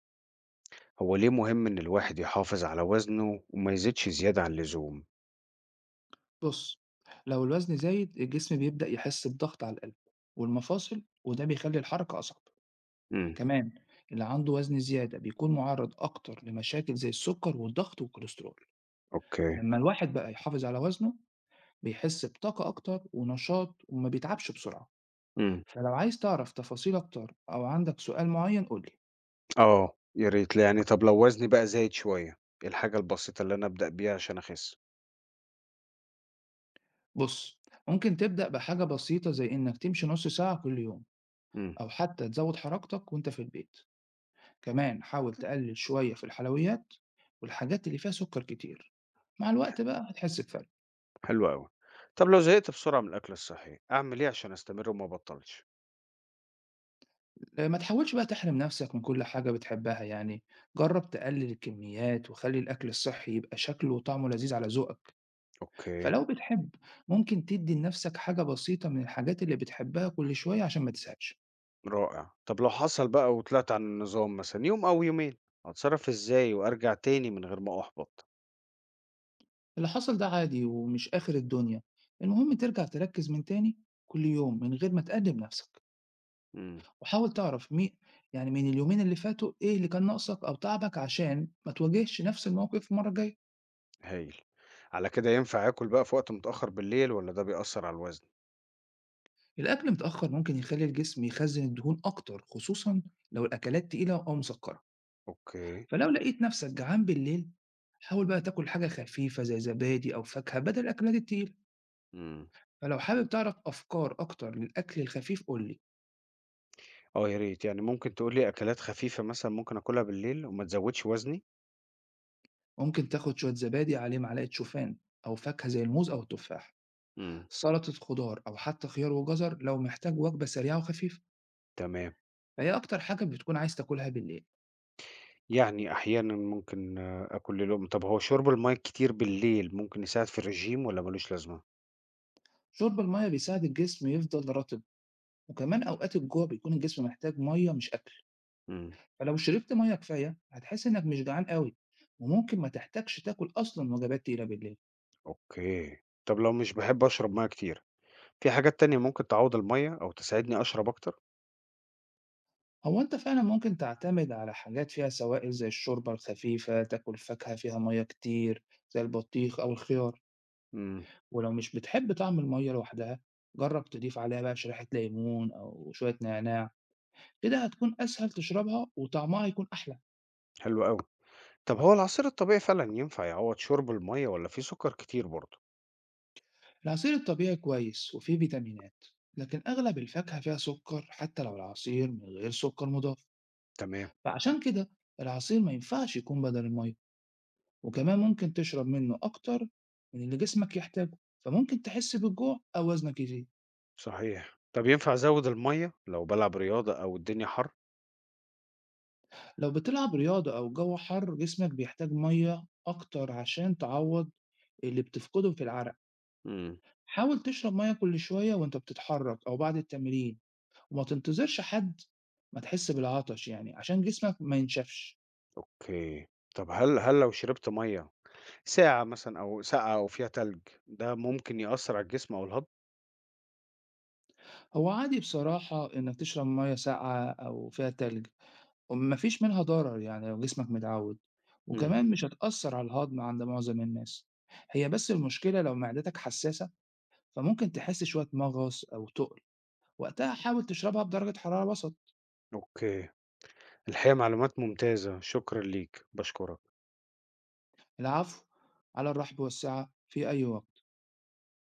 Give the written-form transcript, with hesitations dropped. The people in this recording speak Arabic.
هو ليه مهم إن الواحد يحافظ على وزنه وما يزيدش زيادة عن اللزوم؟ بُص، لو الوزن زايد الجسم بيبدأ يحس بضغط على القلب والمفاصل وده بيخلّي الحركة أصعب. إمم، كمان اللي عنده وزن زيادة بيكون مُعرّض أكتر لمشاكل زي السُكّر والضغط والكوليسترول. أوكي، لمّا الواحد بقى يحافظ على وزنه بيحس بطاقة أكتر ونشاط وما بيتعبش بسرعة، إمم، فلو عايز تعرف تفاصيل أكتر أو عندك سؤال معيّن قُل لي. آه، يا ريت لا يعني طب لو وزني بقى زايد شوية، إيه الحاجة البسيطة اللي أنا أبدأ بيها عشان أخس؟ بُص، ممكن تبدأ بحاجة بسيطة زي إنك تمشي نُص ساعة كل يوم إمم، أو حتى تزوّد حركتك وأنت في البيت. كمان حاول تقلل شوية في الحلويات والحاجات اللي فيها سكر كتير، مع الوقت بقى هتحس بفرق. حلو أوي. طب لو زهقت بسرعة من الأكل الصحي، أعمل إيه عشان أستمر وما أبطّلش؟ آه، ما تحاولش بقى تحرم نفسك من كل حاجة بتحبها، يعني جرب تقلل الكميات وخلي الأكل الصحي يبقى شكله وطعمه لذيذ على ذوقك. أوكي، فلو بتحب ممكن تدي لنفسك حاجة بسيطة من الحاجات اللي بتحبها كل شوية عشان ما تزهقش. رائع. طب لو حصل بقى وطلعت عن النظام مثلًا يوم أو يومين، أتصرّف إزاي وأرجع تاني من غير ما أُحبط؟ اللي حصل ده عادي ومش آخر الدنيا، المهم ترجع تركز من تاني كل يوم من غير ما تقدم نفسك، إمم، وحاول تعرف يعني من اليومين اللي فاتوا إيه اللي كان ناقصك أو تعبك عشان ما تواجهش نفس الموقف المرة الجاية. هايل. على كده ينفع آكل بقى في وقت متأخّر بالليل والّا ده بيأثّر على الوزن؟ الأكل متأخر ممكن يخلي الجسم يخزن الدهون أكتر، خصوصا لو الأكلات تقيلة أو مسكرة. أوكي. فلو لقيت نفسك جعان بالليل، حاول بقى تاكل حاجة خفيفة زي زبادي أو فاكهة بدل الأكلات التقيلة. إمم. فلو حابب تعرف أفكار أكتر للأكل الخفيف قولي. آه يا ريت، يعني ممكن تقول لي أكلات خفيفة مثلًا ممكن آكلها بالليل وما تزوّدش وزني؟ ممكن تاخد شوية زبادي عليه معلقة شوفان، أو فاكهة زي الموز أو التفاح، إمم. سلطة خضار أو حتى خيار وجزر لو محتاج وجبة سريعة وخفيفة، تمام، فهي أكتر حاجة بتكون عايز تاكلها بالليل. يعني أحيانًا ممكن آكل لقمة طب هو شُرب المَيّة الكتير بالليل ممكن يساعد في الرجيم والّا ما لوش لازمة؟ شرب المية بيساعد الجسم يفضل رطب، وكمان أوقات الجوع بيكون الجسم محتاج مية مش أكل. إمم. فلو شربت مية كفاية هتحس إنك مش جعان قوي، وممكن ما تحتاجش تاكل أصلا وجبات تقيلة بالليل. أوكي، طب لو مش باحب أشرب مَيّة كتير، في حاجات تانية ممكن تعوّض المَيّة أو تساعدني أشرب أكتر؟ هو أنت فعلا ممكن تعتمد على حاجات فيها سوائل زي الشوربة الخفيفة، تاكل فاكهة فيها مية كتير زي البطيخ أو الخيار. إمم. ولو مش بتحب طعم المية لوحدها، جرب تضيف عليها بقى شريحة ليمون أو شوية نعناع، كده هتكون أسهل تشربها وطعمها هيكون أحلى. حلو أوي، طب هو العصير الطبيعي فعلًا ينفع يعوّض شُرب المَيّة والّا فيه سُكّر كتير برضه؟ العصير الطبيعي كويس وفيه فيتامينات، لكن أغلب الفاكهة فيها سكر حتى لو العصير من غير سكر مضاف. تمام، فعشان كده العصير ما ينفعش يكون بدل المية، وكمان ممكن تشرب منه أكتر من اللي جسمك يحتاجه، فممكن تحس بالجوع أو وزنك يزيد. صحيح، طب ينفع أزوّد المَيّة لو بالعب رياضة أو الدنيا حَر؟ لو بتلعب رياضة أو جو حر جسمك بيحتاج مية أكتر عشان تعوض اللي بتفقده في العرق. إمم. حاول تشرب مية كل شوية وأنت بتتحرك أو بعد التمرين، وما تنتظرش حد ما تحس بالعطش يعني، عشان جسمك ما ينشفش. أوكي. طب هل لو شربت مَيّة ساعة مثلًا أو ساقعة وفيها تلج، ده ممكن يأثّر على الجسم أو الهضم؟ هو عادي بصراحة إنك تشرب مية ساقعة أو فيها تلج، وما فيش منها ضرر يعني لو جسمك متعود، إمم، وكمان مش هتأثر على الهضم عند معظم الناس. هي بس المشكلة لو معدتك حساسة فممكن تحس شوية مغص أو تقل، وقتها حاول تشربها بدرجة حرارة وسط. أوكي. الحقيقة معلومات ممتازة، شكرًا ليك، باشكرك. العفو، على الرحب والسعة في أي وقت.